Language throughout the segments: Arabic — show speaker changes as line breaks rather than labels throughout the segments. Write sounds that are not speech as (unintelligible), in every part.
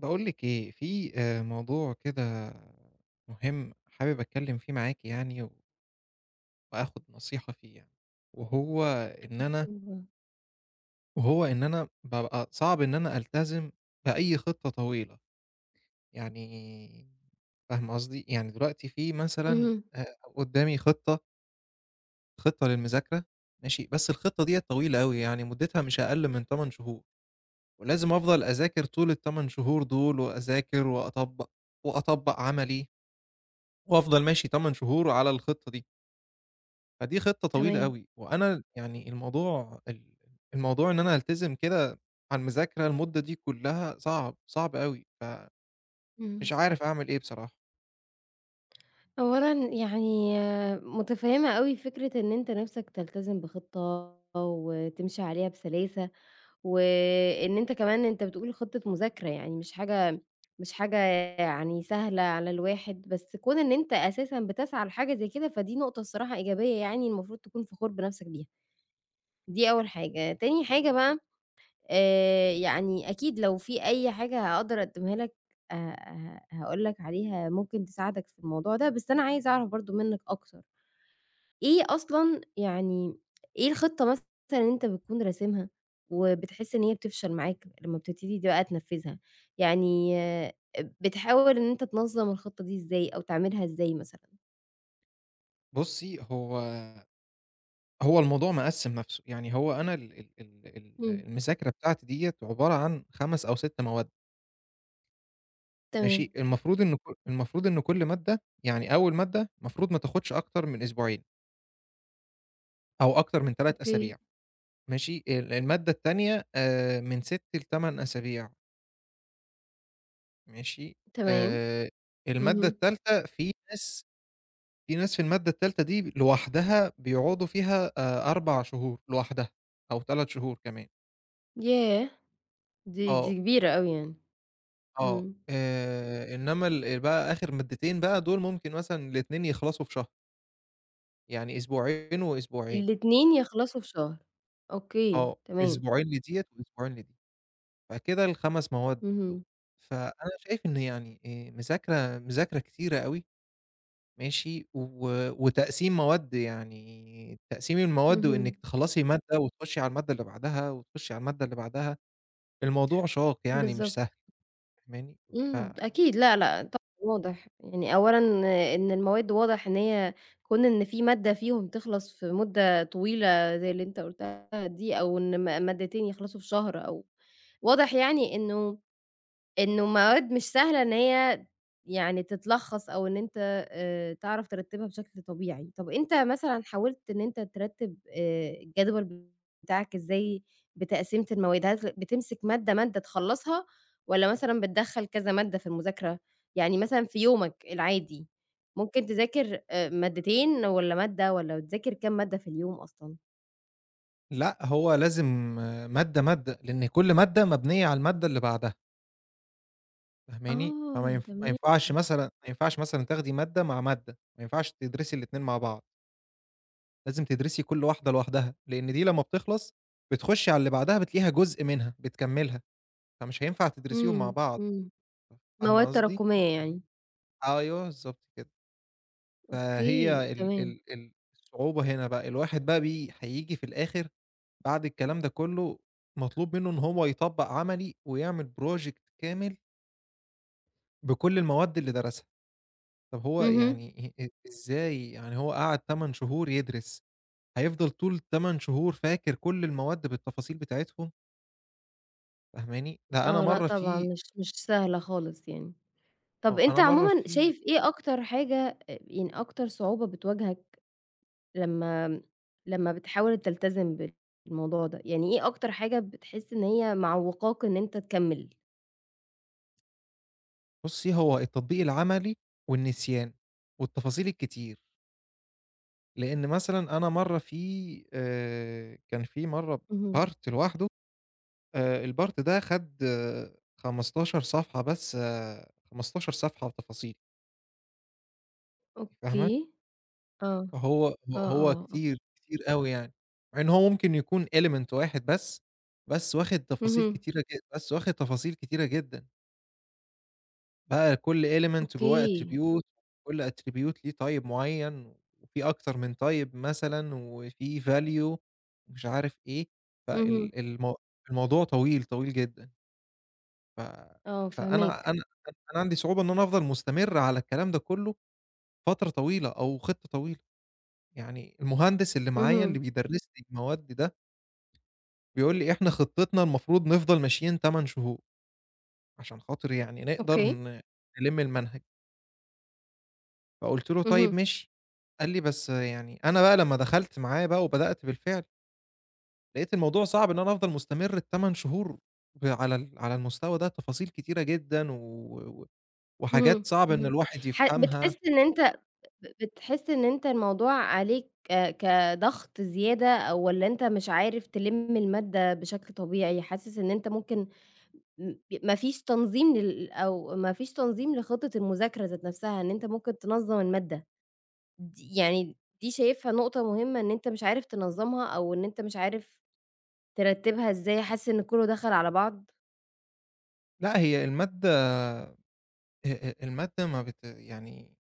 باقول لِك إيه، في موضوع كده مهم، حابب أتكلّم فيه معاكِ يعني وآخُد نصيحة فيه يعني. وهو إن
أكيد
أنا
طبعًا.
وهو إن أنا بابقى صعب إن أنا ألتزم بأي خطة طويلة، يعني. فاهمة قصدي؟ يعني دلوقتي في مثلًا
اهم،
قُدّامي خطة، خطة للمذاكرة، ماشي. بس الخطة ديّة طويلة أوي، يعني مُدّتها مش أقل من 8 شهور، ولازم أفضل أذاكر طول ال8 شهور دول وأذاكر وأطبّق عملي. وأفضل ماشي 8 شهور على الخطة دي، فدي خطة طويلة
تمام،
أوي. وأنا يعني الموضوع إن أنا ألتزم كده على المذاكرة المدة دي كلّها صعب، صعب أوي، فمش
اهم.
عارف أعمل إيه بصراحة.
أولًا يعني متفهمة أوي فكرة إن أنت نفسك تلتزم بخطة وتمشي عليها بسلاسة، وإن أنت كمان أنت بتقول خطة مذاكرة يعني مش حاجة يعني سهلة على الواحد، بس كون إن أنت أساسًا بتسعى لحاجة زي كده، فدي نقطة الصراحة إيجابية يعني المفروض تكون فخور بنفسك بيها. دي أول حاجة. تاني حاجة بقى يعني أكيد لو في أي حاجة هاقدر أقدّمها لك ه هاقول لك عليها ممكن تساعدك في الموضوع ده، بس أنا عايزة أعرف برضه منّك أكتر. إيه أصلًا يعني إيه الخطة مثلًا اللي أنت بتكون راسمها وبتحس إن هي بتفشل معاك لمّا بتبتدي دي بقى تنفّذها؟ يعني آه، بتحاول إن أنت تنظّم الخطة دي إزاي أو تعملها إزاي مثلًا؟
بُصّي، هو الموضوع مقسّم نَفْسه. يعني هو أنا ال ال ال ال
إمم،
المذاكرة بتاعتي ديّة عبارة عن 5 أو 6 مواد، ماشي.
تمام،
المفروض إن كل مادة يعني، أول مادة المفروض ما تاخدش أكتر من أسبوعين أو أكتر من 3
أوكي.
أسابيع. ماشي، المادة التانية من 6 ل8 أسابيع، ماشي.
تمام،
آآ المادة
اهم.
التالتة، في ناس، في المادة التالتة دي لوحدها بيقعدوا فيها 4 شهور لوحدها، أو 3 شهور كمان.
ياه! دي
آه،
كبيرة أوي يعني.
آه،
إمم.
إنما ال بقى آخر مادتين بقى دول ممكن مثلًا الاتنين يخلصوا في شهر، يعني أسبوعين وأسبوعين.
الاتنين يخلصوا في شهر، أوكي،
آه،
تمام،
أسبوعين لديّة وأسبوعين لدي، فكده ال5 مواد دول.
اهم،
فأنا شايف إن يعني مذاكرة كتيرة أوي، ماشي. وتقسيم مواد، يعني تقسيم المواد
اهم،
وإنِّك تخلّصي مادة وتخشّي على المادة اللي بعدها، وتخشّي على المادة اللي بعدها، الموضوع شاق يعني، مش
بالضبط،
سهل. فاهماني؟ ف
إمم، أكيد لأ، لأ، طبعًا واضح. يعني أولًا إن المواد واضح إن هي كون إن في مادة فيهم تخلص في مدة طويلة زي اللي أنت قُلتها دي، أو إن مادتين يخلصوا في شهر أو واضح يعني إنه إنه مواد مش سهلة إن هي يعني تتلخّص أو إن أنت تعرف ترتّبها بشكل طبيعي. طَب أنت مثلًا حاولت إن أنت ترتّب الجدول بتاعك إزاي بتقسيمة المواد؟ هل بتمسك مادة، مادة تخلّصها والّا مثلًا بتدخّل كذا مادة في المذاكرة؟ يعني مثلًا في يومك العادي ممكن تذاكر مادتين والّا مادة والّا بتذاكر كام مادة في اليوم أصلًا؟
لأ، هو لازم آه، مادة، مادة، لإن كل مادة مبنية على المادة اللي بعدها، فاهماني؟ فما
آه
ينف ما
تمام،
ينفعش مثلًا ما ينفعش مثلًا تاخدي مادة مع مادة، ما ينفعش تدرسي الاتنين مع بعض، لازم تدرسي كل واحدة لوحدها، لإن دي لمّا بتخلص بتخشّي على اللي بعدها بتلاقيها جزء منها، بتكمّلها، فمش هينفع تدرسيهم مع
إمم،
بعض.
إمم. مواد
فاهمة قصدي؟
تراكمية يعني.
أيوه بالضبط كده.
أوكي،
فهي ال
تمام.
ال ال الصعوبة هنا بقى، الواحد بقى هييجي في الآخر بعد الكلام ده كله مطلوب منه إن هو يطبّق عملي ويعمل project كامل بكل المواد اللي درسها. طب هو
اهم.
يعني إ إ إزاي يعني هو قعد 8 شهور يدرس، هيفضل طول ال8 شهور فاكر كل المواد بالتفاصيل بتاعتهم؟ فاهماني؟ ده أنا
آه، لأ
مرّة
طبعًا
في
مش مش سهلة خالص يعني. طَب
آه،
أنت
أنا مرّة
عمومًا
في
شايف إيه أكتر حاجة يعني أكتر صعوبة بتواجهك لمّا بتحاول تلتزم بالموضوع ده؟ يعني إيه أكتر حاجة بتحس إن هي معوّقاك إن أنت تكمّل؟
بُصّي هو التطبيق العملي والنسيان والتفاصيل الكتير. لإن مثلًا أنا مرّة في كان في مرّة
اهم.
part لوحده، الpart ده خَد 15 صفحة بس، 15 صفحة بتفاصيل. فاهمة؟
أوكي. آه.
فهو ه
آه،
هو
آه، آه.
كتير، كتير أوي يعني، مع إن هو ممكن يكون element واحد بس، بس واخد تفاصيل
اهم.
كتيرة ج بس واخد تفاصيل كتيرة جدًا. بقى كل element جوّاه
أوكي.
attribute، كل attribute ليه type معيّن، وفي أكتر من type مثلًا، وفي value ومش عارف إيه.
اهم.
فال المو الموضوع طويل، طويل جدًا. ف
آه،
فأنا
فاهماك.
أنا أنا عندي صعوبة إن أنا أفضل مستمر على الكلام ده كلّه فترة طويلة أو خطة طويلة. يعني المهندس اللي معايا اللي
اهم.
بيدرس لي المواد ده، بيقول لي: "إحنا خطتنا المفروض نفضل ماشيين 8 شهور، عشان خاطر يعني نقدر
أوكي.
نلم المنهج." فقُلت له:
اهم.
"طيب ماشي." قال لي: "بس يعني". أنا بقى لمّا دخلت معاه بقى وبدأت بالفعل، لقيت الموضوع صعب إن أنا أفضل مستمر ال8 شهور ب على ال على المستوى ده، تفاصيل كتيرة جدًا و و وحاجات
اهم،
صعب إن
اهم.
الواحد
ح
يفهمها.
بتحس إن أنت ب بتحس إن أنت الموضوع عليك كضغط زيادة أو والّا أنت مش عارف تلِم المادة بشكل طبيعي، حاسس إن أنت ممكن م ما فيش تنظيم لل أو ما فيش تنظيم لخطة المذاكرة ذات نفسها، إن أنت ممكن تنظّم المادة. دي يعني دي شايفها نقطة مهمة إن أنت مش عارف تنظّمها أو إن أنت مش عارف ترتّبها إزاي، حاسس إن كلّه دخل على بعض.
لأ، هي المادة، أ أ المادة ما بت يعني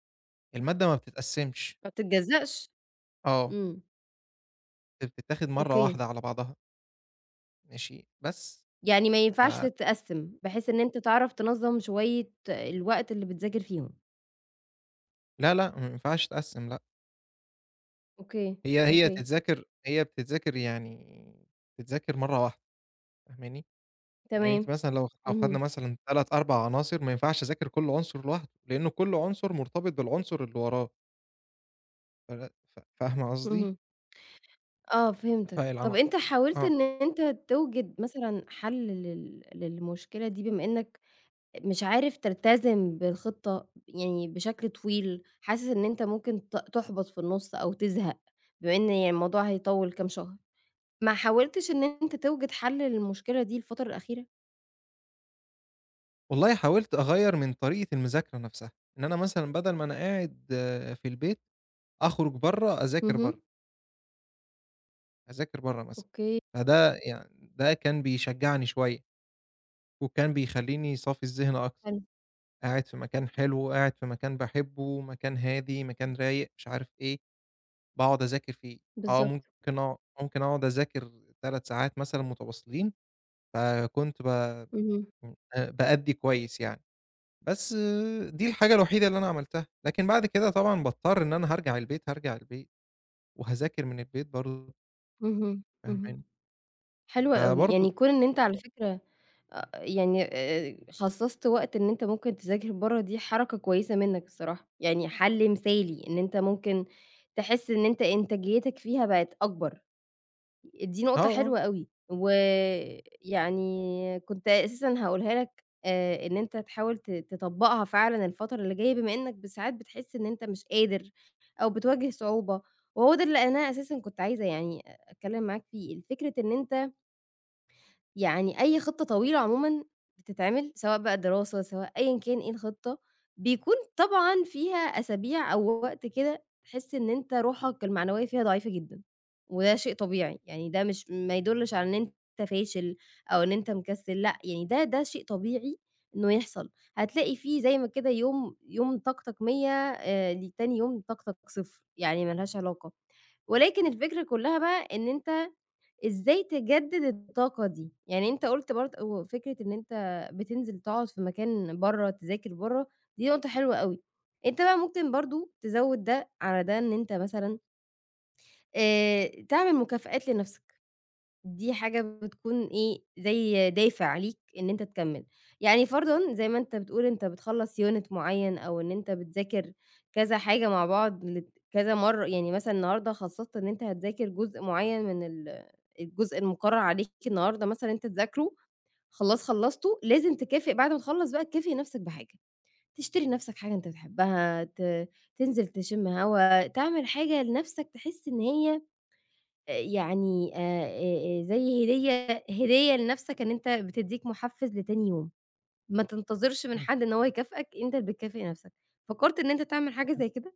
المادة ما بتتقسّمش.
ما بتتجزأش؟
آه،
إمم،
هي بتتاخد مرّة
أوكي،
واحدة على بعضها، ماشي، بس.
يعني ما
ف
ينفعش تتقسّم، بحيث إن أنت تعرف تنظّم شوية الوقت اللي بتذاكر فيهم.
لا، لأ، ما ينفعش تتقسّم لأ.
أوكي،
هي هي
أوكي،
تتذاكر هي بتتذاكر يعني، بتتذاكر مرّة واحدة. فاهماني؟ يعني
تمام.
أنتِ مثلًا لو خدنا
اهم،
مثلًا 3، 4 عناصر، ما ينفعش أذاكر كل عنصر لوحده، لإنه كل عنصر مرتبط بالعنصر اللي وراه. فل ف فاهمة قصدي؟
اهم، آه فهمتك. طَب
فالعنا
أنت حاولت
آه.
إن أنت توجد مثلًا حل للمشكلة دي بما إنّك مش عارف تلتزم بالخطة يعني بشكل طويل، حاسس إن أنت ممكن تُحبط في النُص أو تزهق بما إن يعني الموضوع هيطوّل كام شهر. ما حاولتش إن أنت توجد حل للمشكلة دي الفترة الأخيرة؟
والله حاولت أغيّر من طريقة المذاكرة نفسها، إن أنا مثلًا بدل ما أنا قاعد آه، في البيت أخرج برّه أذاكر
اهم،
برّه، أذاكر برّه مثلًا.
أوكي،
فده يعني ده كان بيشجعني شوية، وكان بيخلّيني صافي الذهن أكتر،
حلو،
قاعد في مكان حلو، قاعد في مكان باحبه، مكان هادي، مكان رايق، مش عارف إيه. باقعد أذاكر فيه. آه،
بالضبط،
ممكن أقعد أذاكر 3 ساعات مثلًا متواصلين. فكنت ب
اهم،
م أ بأدّي كويس يعني. بس دي الحاجة الوحيدة اللي أنا عملتها، لكن بعد كده طبعًا باضطر إن أنا هارجع البيت، هارجع البيت وهاذاكر من البيت برضه.
اهم،
فاهماني؟
اهم، حلو أوي.
فبرضه
يعني كون إن أنت على فكرة يعني خصّصت وقت إن أنت ممكن تذاكر برّه دي حركة كويسة منّك الصراحة، يعني حَل مثالي إن أنت ممكن تحس إن أنت إنتاجيتك فيها بقت أكبر. دي
آه،
نقطة
آه.
حلوة أوي، ويعني كنت أساسًا هاقولها لك إن أنت تحاول تطبّقها فعلًا الفترة اللي جاية بما إنّك ساعات بتحس إن أنت مش قادر أو بتواجه صعوبة. وهو ده اللي أنا أساسًا كنت عايزة يعني أتكلّم معاك فيه. الفكرة إن أنت يعني أي خطة طويلة عمومًا بتتعمل، سواء بقى دراسة، سواء أيًا كان إيه الخطة، بيكون طبعًا فيها أسابيع أو وقت كده تحس إن أنت روحك المعنوية فيها ضعيفة جدًا، وده شيء طبيعي. يعني ده مش ما يدلش على إن أنت فاشل أو إن أنت مكسل. لأ، يعني ده شيء طبيعي إنه يحصل. هتلاقي فيه زي ما كده يوم يوم طاقتك 100 لتاني يوم طاقتك صفر، يعني ما لهاش علاقة. ولكن الفكرة كلها بقى إن أنت إزاي تجدد الطاقة دي؟ يعني أنت قُلت برضه فكرة إن أنت بتنزل تقعد في مكان برّه، تذاكر برّه. دي نقطة حلوة أوي. أنت بقى ممكن برضه تزوّد ده على ده إن أنت مثلًا تعمل مكافآت لنفسك. دي حاجة بتكون إيه، زي دافع ليك إن أنت تكمّل. يعني فرضًا زي ما أنت بتقول أنت بتخلّص unit معيّن أو إن أنت بتذاكر كذا حاجة مع بعض لت كذا مرّة. يعني مثلًا النهارده خصّصت إن أنت هتذاكر جزء معيّن من الجزء المُقرّر عليك النهارده مثلًا أنت تذاكره. خلاص خلّصته، لازم تكافئ بعد ما تخلّص بقى تكافئ نَفْسك بحاجة، تشتري لنَفْسك حاجة أنت بتحبّها، تنزل تشِم هوا، تعمل حاجة لنَفْسك تحس إن هي يعني زي هدية هدية لنَفْسك إن أنت بتدّيك مُحفّز لتاني يوم. ما تنتظرش من حد
(unintelligible)
إن هو يكافئك، أنت اللي بتكافئ نَفْسك. فكّرت إن أنت تعمل حاجة
إمم،
زي كده؟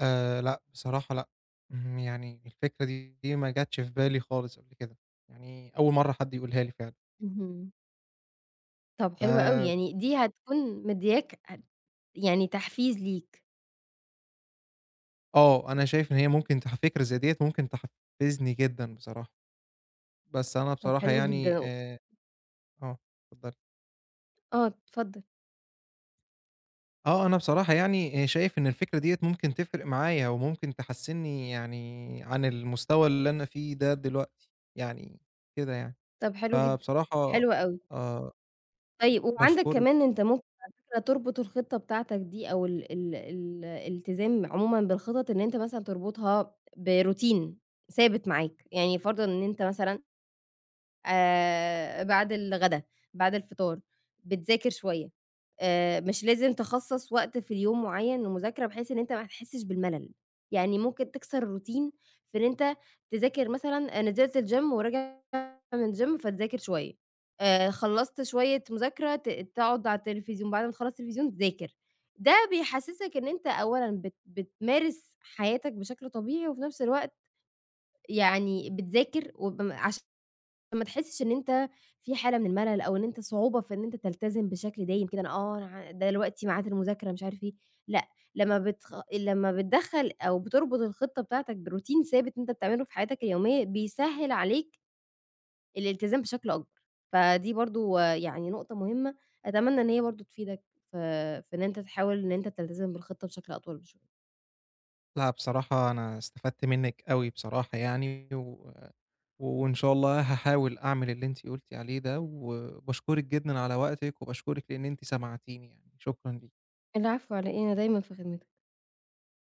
لأ، بصراحة لأ. اهم، يعني الفكرة دي ما جاتش في بالي خالص قبل كده، يعني أول مرّة حد يقولها لي فعلًا.
اهم. طب
ف
حلو أوي، يعني دي هتكون مدّياك يعني تحفيز ليك.
آه، أنا شايف إن هي ممكن تح فكرة زي ديّة ممكن تحفّزني جدًا بصراحة. بس أنا
طب
بصراحة
حلو
يعني
جدًا.
آه، اتفضّلي.
آه، اتفضل.
آه، أنا بصراحة يعني شايف إن الفكرة ديّة ممكن تفرق معايا وممكن تحسّنّي يعني عن المستوى اللي أنا فيه ده دلوقتي، يعني كده يعني.
طب حلو جدًا،
فبصراحة
حلو أوي.
آآ
طيب وعندك
باشكرِك.
كمان أنت ممكن على فكرة تربط الخطة بتاعتك دي أو ال ال ال الالتزام عمومًا بالخطط إن أنت مثلًا تربطها بروتين ثابت معاك. يعني فرضًا إن أنت مثلًا بعد الغدا، بعد الفطار بتذاكر شوية، مش لازم تخصص وقت في اليوم معين للمذاكرة بحيث إن أنت ما تحسش بالملل. يعني ممكن تكسر الروتين في إن أنت تذاكر مثلًا نزلت الgym وراجع من الgym فتذاكر شوية، خلّصت شوية مذاكرة تقعد على التلفزيون، بعد ما تخلّص التلفزيون تذاكر. ده بيحسّسك إن أنت أولًا بتمارس حياتك بشكل طبيعي، وفي نفس الوقت يعني بتذاكر عشان ما تحسّش إن أنت في حالة من الملل، أو إن أنت صعوبة في إن أنت تلتزم بشكل دايم كده، أنا آه أنا ده دلوقتي ميعاد المذاكرة مش عارف إيه. لأ لمّا لمّا بتدخّل أو بتربط الخطة بتاعتك بroutine ثابت أنت بتعمله في حياتك اليومية، بيسهّل عليك الالتزام بشكل أكبر. فدي برضه يعني نقطة مهمة أتمنى إن هي برضه تفيدك في إن أنت تحاول إن أنت تلتزم بالخطة بشكل أطول بشوية.
لأ بصراحة أنا استفدت منِّك أوي بصراحة يعني. وإن شاء الله هاحاول أعمل اللي أنتِ قُلتِ عليه ده، وباشكرِك جدًا على وقتِك، وباشكرِك لإن أنتِ سمعتيني يعني. شكرًا ليكِ.
العفو على إيه، أنا دايمًا في خدمتك.